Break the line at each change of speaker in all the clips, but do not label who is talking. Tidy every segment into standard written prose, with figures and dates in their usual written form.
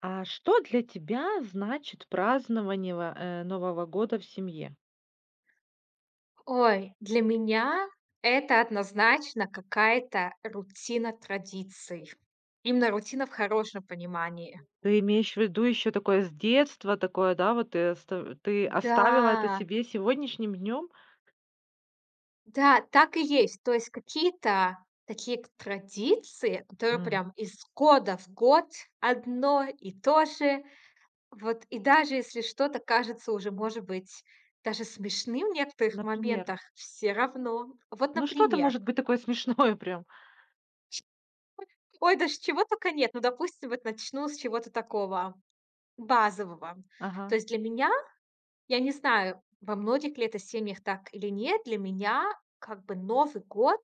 А что для тебя значит празднование Нового года в семье?
Ой, для меня это однозначно какая-то рутина традиций. Именно рутина в хорошем понимании.
Ты имеешь в виду еще такое с детства, такое, да, вот ты, ты оставила это
Да,
себе сегодняшним днем?
да, так и есть. То есть какие-то такие традиции, которые
М,
прям из года в год одно и то же. Вот и даже если что-то кажется уже, может быть, даже смешным в некоторых
Например.
моментах, все равно. Вот,
Ну что-то
например,
может быть такое смешное прям.
ой, даже чего только нет. Ну, допустим, вот начну с чего-то такого базового. То
Ага.
есть для меня, я не знаю, во многих ли это семьях так или нет, для меня как бы Новый год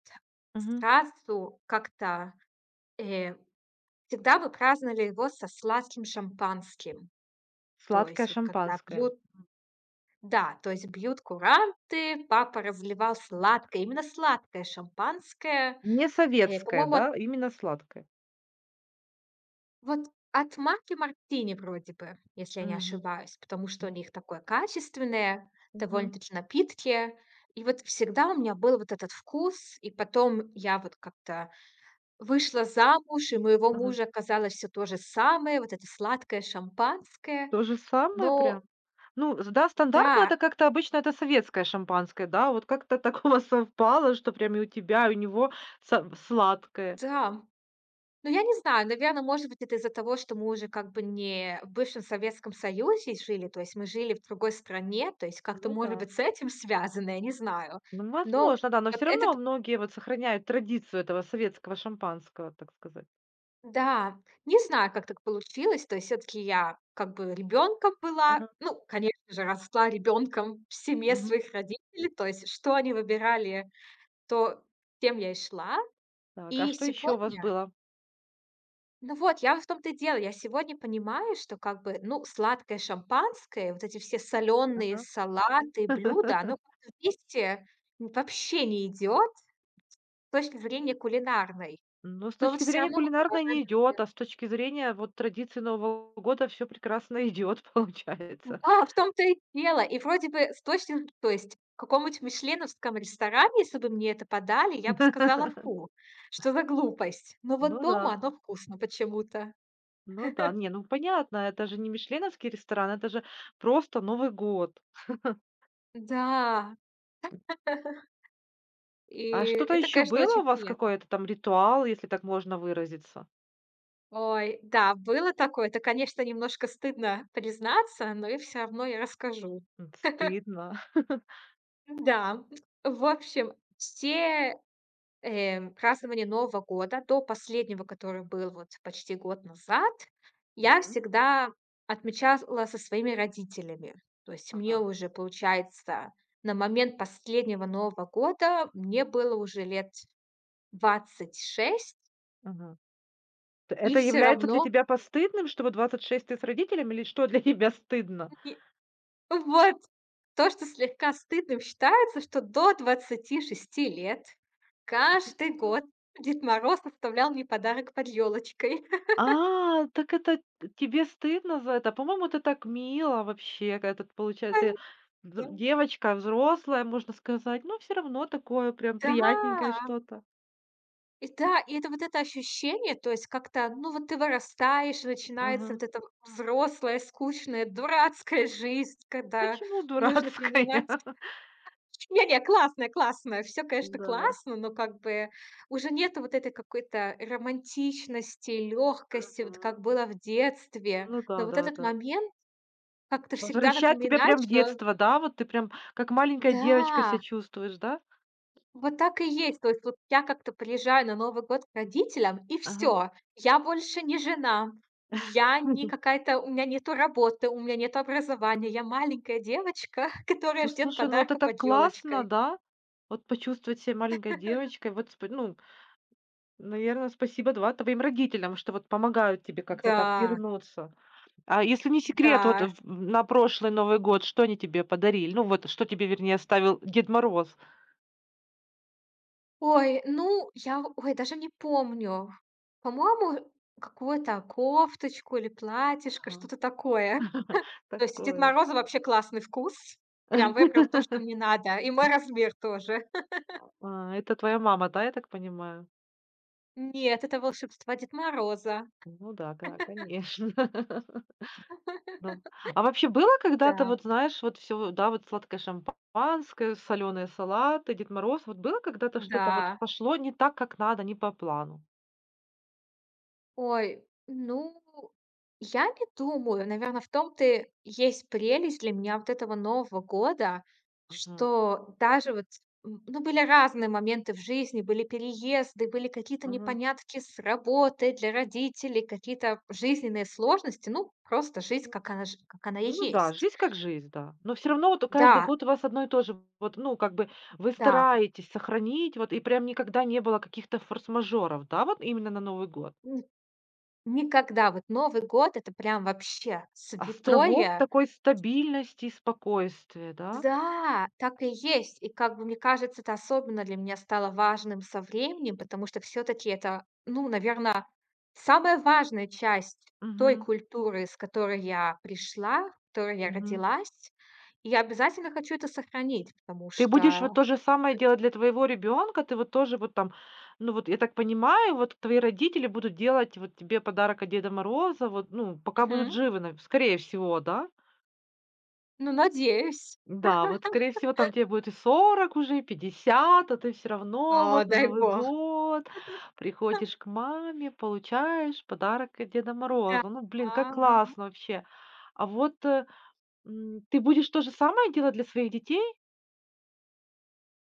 Мгм.
сразу как-то, э, всегда мы праздновали его со сладким шампанским. То есть
Сладкое шампанское.
бьют куранты, папа разливал
Мгм.
сладкое, именно сладкое шампанское.
Не советское,
По-моему,
да, именно сладкое.
вот от марки Мартини вроде бы, если я не
Мгм,
ошибаюсь, потому что у
мгм,
них такое качественное
мгм,
довольно-таки напитки. И вот всегда у меня был вот этот вкус, и потом я вот как-то вышла замуж, и у моего
ага.
мужа оказалось все то же самое, вот это сладкое шампанское.
То же самое прям?
Но
Ну, з да, стандартно
да,
это как-то обычно это советское шампанское, да, вот как-то так у вас совпало, что прям и у тебя, и у него са сладкое.
да. Ну, я не знаю, наверное, может быть, это из-за того, что мы уже как бы не в бывшем Советском Союзе жили, то есть мы жили в другой стране, то есть как-то,
Ну
может
да.
быть, с этим связано, я не знаю.
Ну,
Но
возможно, да, но
вот
все равно
этот
многие вот сохраняют традицию этого советского шампанского, так сказать.
да, не знаю, как так получилось, то есть все таки я как бы ребенком была,
Ага.
ну, конечно же, росла ребенком в семье
Мгм.
своих родителей, то есть что они выбирали, то тем я и шла.
Так, а
И
что еще у вас
сегодня
было?
Ну вот, я в том-то и дело. Я сегодня понимаю, что как бы, ну, сладкое шампанское, вот эти все соленые
Ага.
салаты, блюда, оно как-то вместе н вообще не идет с точки зрения кулинарной.
Ну, с
Но вот
точки
все
зрения
равно мы
кулинарной
продолжаем.
не идет, а с точки зрения вот традиции Нового года все прекрасно идет, получается.
Да, в том-то и дело. И вроде бы с точки то есть в каком-нибудь мишленовском ресторане, если бы мне это подали, я бы сказала: «Фу, что за глупость». Но вот
Ну да.
дома оно вкусно почему-то.
Ну да, не, ну понятно, это же не мишленовский ресторан, это же просто Новый год.
Да. И
А что-то
это,
еще
конечно,
было у
очень
вас,
приятно.
какой-то там ритуал, если так можно выразиться?
Ой, да, было такое. Это, конечно, немножко стыдно признаться, но и все равно я расскажу.
Стыдно.
Да, в общем, все, празднования Нового года до последнего, который был вот почти год назад, я
М,
всегда отмечала со своими родителями. То есть
ага,
мне уже, получается, на момент последнего Нового года мне было уже лет 26,
ага.
и
Это
все
является для
равно.
тебя постыдным, чтобы 26 ты с родителями, или что для тебя стыдно?
Вот. То, что слегка стыдным считается, что до 26 лет каждый год Дед Мороз оставлял мне подарок под ёлочкой.
А, так это тебе стыдно за это? По-моему, это так мило вообще, когда ты, получается, ты
Да.
девочка взрослая, можно сказать, но все равно такое прям
Да,
приятненькое что-то.
и да, и это вот это ощущение, то есть как-то, ну, вот ты вырастаешь, и начинается
Ага.
вот эта взрослая, скучная, дурацкая жизнь, когда
Почему
нужно
дурацкая?
принимать. Не-не, классная, классная. Все, конечно,
Да-да.
классно, но как бы уже нету вот этой какой-то романтичности, легкости, вот
Мгм.
как было в детстве.
Ну
Но
да,
вот
да,
этот
да.
момент как-то всегда
Возвращает тебя
напоминает,
прям в
что
детство, да? Вот ты прям как маленькая девочка себя
да,
чувствуешь, да?
вот так и есть. То есть вот я как-то приезжаю на Новый год к родителям, и
Ага.
все. Я больше не жена, я не какая-то у меня нету работы, у меня нету образования. Я маленькая девочка,
Ну,
которая ждет
слушай, ну это
подарка
так
под
классно,
елочкой.
да? Вот почувствовать себя маленькой девочкой. Вот, сп ну, наверное, спасибо, два твоим родителям, что вот помогают тебе как-то так
Да,
вернуться. А если не секрет, вот
да.
в на прошлый Новый год что они тебе подарили? Ну вот, что тебе, вернее, оставил Дед Мороз?
Ой, ну, ой, даже не помню. По-моему, какую-то кофточку или платьишко,
Ага.
что-то такое. То есть у Деда
Такое.
Мороза вообще классный вкус. Прям выбрал то, что мне надо. И мой размер тоже.
А, это твоя мама, да, я так понимаю?
Нет, это волшебства Деда Мороза.
Ну да, да, конечно. Ну, а вообще было когда-то,
Да,
вот знаешь, вот все, да, вот сладкое шампанское, соленые салаты, Дед Мороз, вот было когда-то что-то вот
да.
пошло не так, как надо, не по плану?
Ой, ну, я не думаю. Наверное, в том-то и есть прелесть для меня вот этого Нового года,
Мгм.
что даже вот, ну, были разные моменты в жизни, были переезды, были какие-то
Мгм.
непонятки с работой, для родителей, какие-то жизненные сложности. Ну, просто жизнь,
Мгм.
как она и
Ну да,
есть.
жизнь как жизнь, да. Но все равно вот каждый
Да,
год у вас одно и то же, вот, ну, как бы вы
да,
стараетесь сохранить, вот, и прям никогда не было каких-то форс-мажоров, да, вот именно на Новый год?
м, никогда вот Новый год — это прям вообще
Островок
святое.
такой стабильности и спокойствия, да?
Да, так и есть. И как бы мне кажется, это особенно для меня стало важным со временем, потому что все-таки это, ну, наверное, самая важная часть той
Мгм,
культуры, с которой я пришла, в которой я
мгм.
родилась. И я обязательно хочу это сохранить, потому
Ты будешь вот
что.
то же самое делать для твоего ребенка? Ты вот тоже вот там, ну, вот я так понимаю, вот твои родители будут делать вот тебе подарок от Деда Мороза, вот, ну, пока будут
Мгм.
живы, скорее всего, да?
Ну, надеюсь.
Да, вот, скорее всего, там тебе будет и 40 уже, и 50, а ты все равно
А,
вот на
дай
Новый
бог.
год приходишь к маме, получаешь подарок от Деда
Да.
Мороза. Ну, блин, как классно вообще. А вот. Ты будешь то же самое делать для своих детей?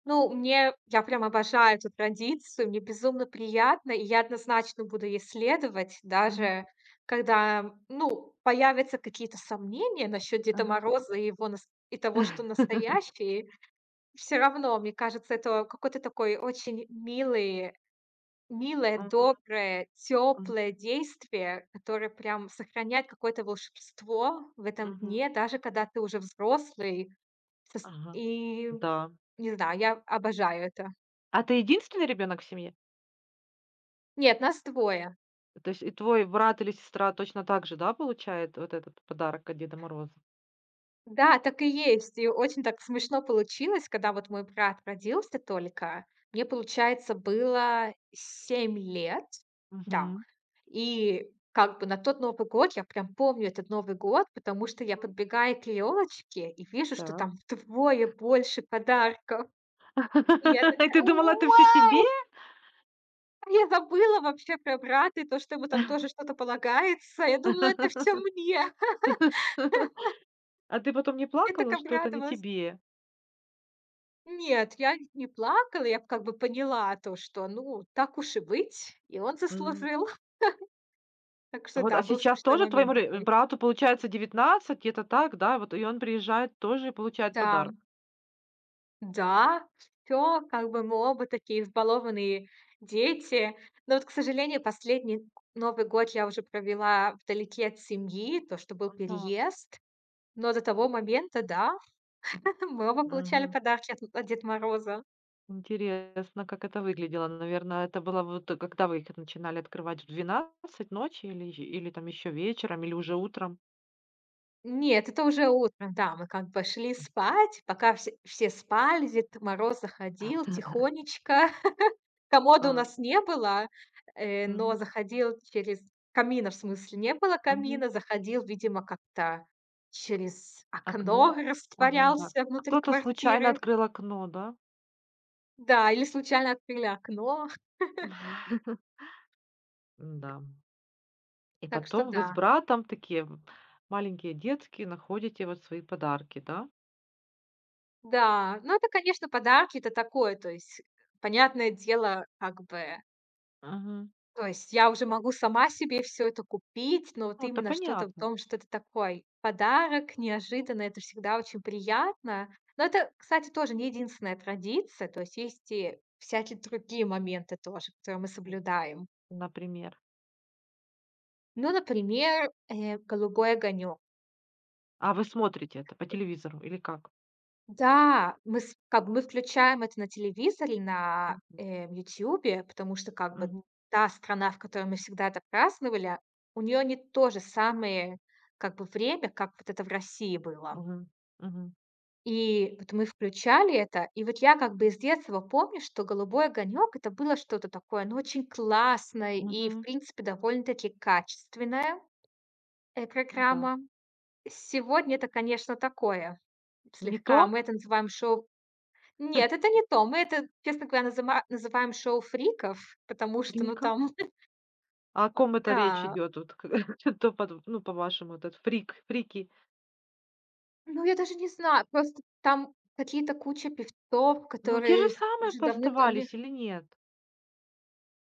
Ну, мне я прям обожаю эту традицию, мне безумно приятно, и я однозначно буду ей следовать,
Мгм.
даже когда, ну, появятся какие-то сомнения насчет Деда
Ага.
Мороза и его нас и того, что он настоящий. Все равно, мне кажется, это какой-то такой очень милый милое,
Мгм,
доброе,
мгм,
теплое действие, которое прям сохраняет какое-то волшебство в этом
мгм.
дне, даже когда ты уже взрослый. Сос
Ага.
и
Да.
не знаю, я обожаю это.
А ты единственный ребенок в семье?
Нет, нас двое.
То есть и твой брат или сестра точно так же, да, получает вот этот подарок от Деда Мороза?
Да, так и есть. И очень так смешно получилось, когда вот мой брат родился только. Мне, получается, было 7 лет. Да.
Мгм.
И как бы на тот Новый год я прям помню этот Новый год, потому что я
Мгм.
подбегаю к елочке и вижу, что
Так.
там вдвое больше подарков. И я
И
такая:
ты думала, это все тебе?
«Вау!» А я забыла вообще про брата и то, что ему там тоже что-то полагается. Я думала, это все мне.
А ты потом не
Я так
плакала, что это не
обрадовалась.
тебе?
Нет, я не плакала, я как бы поняла то, что, ну, так уж и быть, и он
М.
заслужил. Так что
Вот, а
да, был
сейчас
смешной
тоже твоему
момент
ре
такой.
брату, получается, 19, где-то так, да? Вот и он приезжает тоже и получает
Да,
подарок.
да, всё, как бы мы оба такие избалованные дети. Но вот, к сожалению, последний Новый год я уже провела вдалеке от семьи, то, что был
Ага.
переезд. Но до того момента, да, мы оба получали
Мгм.
подарки от Деда Мороза.
Интересно, как это выглядело. Наверное, это было вот, когда вы их начинали открывать? В 12 ночи, или ещ или там еще вечером, или уже утром?
Нет, это уже утром, да. Мы как бы шли спать, пока все спали, Дед Мороз заходил тихонечко. Комода у
А,
нас не было, но
мгм,
заходил через камина, в смысле, не было
мгм.
камина, заходил, видимо, как-то через
Окно.
окно
Ага, да.
растворялся внутри
Кто-то случайно
квартиры.
открыл окно, да?
Да, или случайно открыли окно.
Да. И
Так что
потом вы
да.
с братом, такие в маленькие детские находите вот свои подарки, да?
Да, ну это, конечно, подарки, это такое, то есть, понятное дело, как бы.
Мгм.
То есть я уже могу сама себе все это купить, но вот
Ну, это
именно что-то в
понятно,
том, что это такой подарок, неожиданно, это всегда очень приятно. Но это, кстати, тоже не единственная традиция, то есть есть и всякие другие моменты тоже, которые мы
м,
соблюдаем.
например.
Ну, например, голубой огонек.
А вы смотрите это по телевизору или как?
Да, мы с как бы мы включаем это на телевизоре, на,
Мгм,
э, «Ютьюбе», потому что как бы
мгм,
та страна, в которой мы всегда это праздновали, у нее не то же самое как бы время, как вот это в России было.
мгм, мгм.
И вот мы включали это, и вот я как бы из детства помню, что «Голубой огонек» — это было что-то такое, ну, очень классное и, в
Мгм.
принципе, довольно-таки качественная
Ну да.
программа. Сегодня это, конечно, такое
Не то?
слегка, мы это называем шоу. Нет, это не то. Мы это, честно говоря, назыма называем шоу фриков, потому что, ну,
Фрика?
там
А о
вот
ком это речь
да.
идет? Вот к под ну, по-вашему, вот этот фрик, фрики?
Ну, я даже не знаю, просто там какие-то куча певцов,
Ну, те же
которые
самые
уже давным давно.
поставались или нет?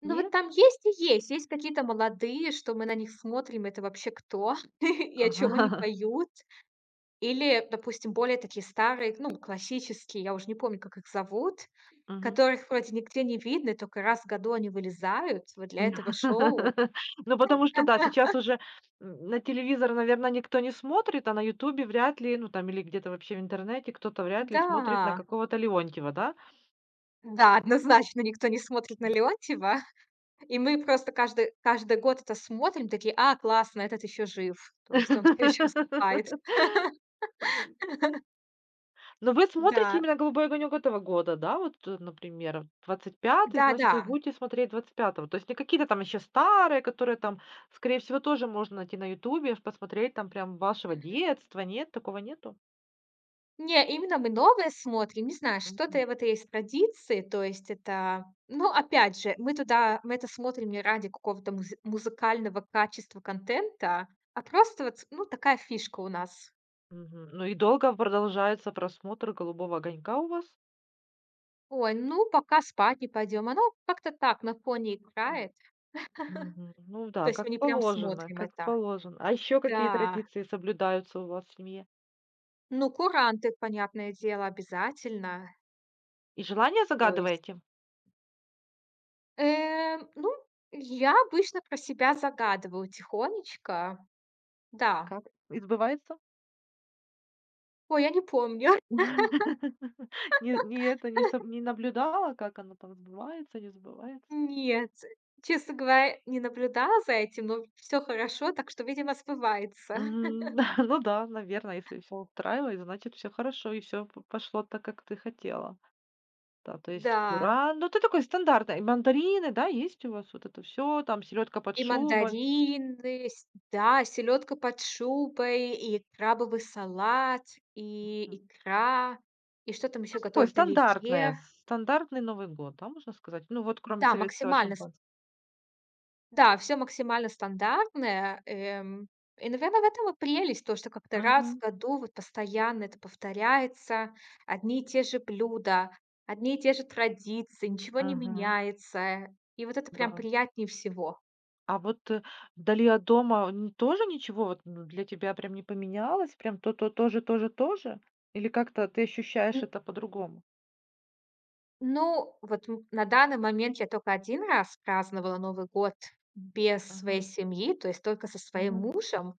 Ну, вот
Нет?
там есть и есть. Есть какие-то молодые, что мы на них смотрим, это вообще кто и о чем они
Ага.
поют. Или, допустим, более такие старые, ну, классические, я уже не помню, как их зовут,
Мгм.
которых вроде нигде не видно, и только раз в году они вылезают вот для этого шоу.
Ну, потому что, да, сейчас уже, на телевизор, наверное, никто не смотрит, а на «Ютубе» вряд ли, ну, там или где-то вообще в интернете кто-то вряд ли смотрит на
Да.
какого-то Леонтьева, да?
Да, однозначно никто не смотрит на Леонтьева, и мы просто каждый год это смотрим, такие: «А, классно, этот еще жив». То есть он все еще выступает.
Но вы смотрите
Да,
именно «Голубой огонек» этого года, да? Вот, например, 25, значит,
да-да.
вы будете смотреть 25. То есть не какие-то там еще старые, которые там, скорее всего, тоже можно найти на «Ютубе», ш посмотреть там прям вашего
Мгм.
детства. Нет, такого нету?
Не, именно мы новое смотрим. Не знаю, что-то
Мгм.
в этой есть традиции. То есть это ну, опять же, мы это смотрим не ради какого-то музыкального качества контента, а просто вот, ну, такая фишка у нас.
Мгм. Ну и долго продолжается просмотр «Голубого огонька» у вас?
Ой, ну, пока спать не пойдем. Оно как-то так на фоне
Ага.
играет.
Мгм. Ну да,
То есть мы
как
не прям
положено,
смотрим
как
это.
положено. А еще какие
Да,
традиции соблюдаются у вас в семье?
ну, куранты, понятное дело, обязательно.
И желания
То есть,
загадываете?
ну, я обычно про себя загадываю тихонечко. Да.
Как избывается?
Ой, я не помню.
Не это, не наблюдала, как оно там сбывается, не сбывается.
Нет, честно говоря, не наблюдала за этим, но все хорошо, так что, видимо, сбывается.
Мгм. Да, ну да, наверное, если все устраивает, значит, все хорошо и все пошло так, как ты хотела. Да, то
Да,
есть ну, ты такой стандартный. И мандарины, да, есть у вас вот это все, там селедка под
и
шубой.
мандарины, с да, селедка под шубой, и крабовый салат,
Мгм.
и икра, и что там
Ну,
еще
такое
готовят?
стандартное,
Оливье.
стандартный Новый год, да, можно сказать? Ну, вот кроме
Да,
советского
максимально.
шампанского.
Да, все максимально стандартное. И, наверное в этом и прелесть, то, что как-то раз в
Мгм.
году вот постоянно это повторяется, одни и те же блюда, одни и те же традиции, ничего не
Мгм.
меняется. И вот это прям
Да.
приятнее всего.
А вот, вдали от дома н тоже ничего вот, ну, для тебя прям не поменялось? Прям то, тоже. Или как-то ты ощущаешь
Н
это по-другому?
Ну, вот на данный момент я только один раз праздновала Новый год без своей
Мгм,
семьи, то есть только со своим
мгм,
мужем.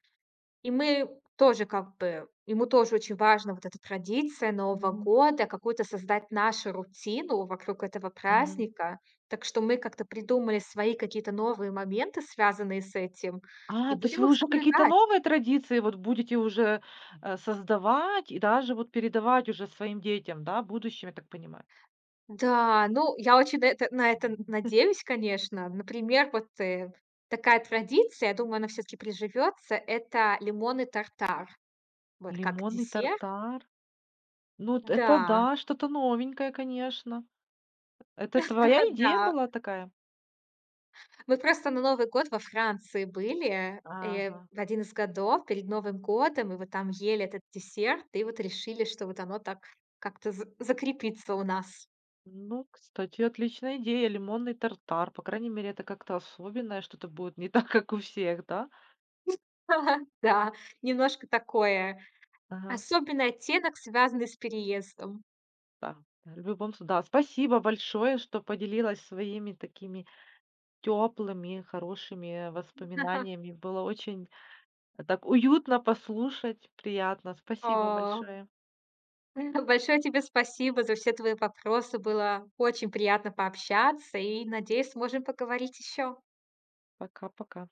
И мы Тоже как бы ему тоже очень важно вот эта традиция Нового
мгм,
года, какую-то создать нашу рутину вокруг этого
мгм.
праздника. Так что мы как-то придумали свои какие-то новые моменты, связанные с этим,
А,
и
то есть
будем
вы
их
уже какие-то
соблюдать.
новые традиции вот будете уже, создавать и даже вот передавать уже своим детям, да, будущим, я так понимаю?
Да, ну, я очень на это надеюсь, конечно. Например, вот, такая традиция, я думаю, она все таки приживется. Это лимонный тартар. Вот как
Лимонный
десерт.
тартар? Ну, вот это
Да,
да, что-то новенькое, конечно. Это твоя идея
да.
была такая?
Мы просто на Новый год во Франции были,
Ага.
в один из годов, перед Новым годом, и вот там ели этот десерт, и вот решили, что вот оно так как-то за закрепится у нас.
Ну, кстати, отличная идея. Лимонный тартар. По крайней мере, это как-то особенное, что-то будет не так, как у всех, да?
Да, немножко такое.
Ага,
Особенный оттенок, связанный с переездом.
да. В любом случае, да. Спасибо большое, что поделилась своими такими теплыми, хорошими воспоминаниями. Было очень, так уютно послушать, приятно. Спасибо
А,
большое.
большое тебе спасибо за все твои вопросы. Было очень приятно пообщаться, и, надеюсь, сможем поговорить еще.
Пока-пока.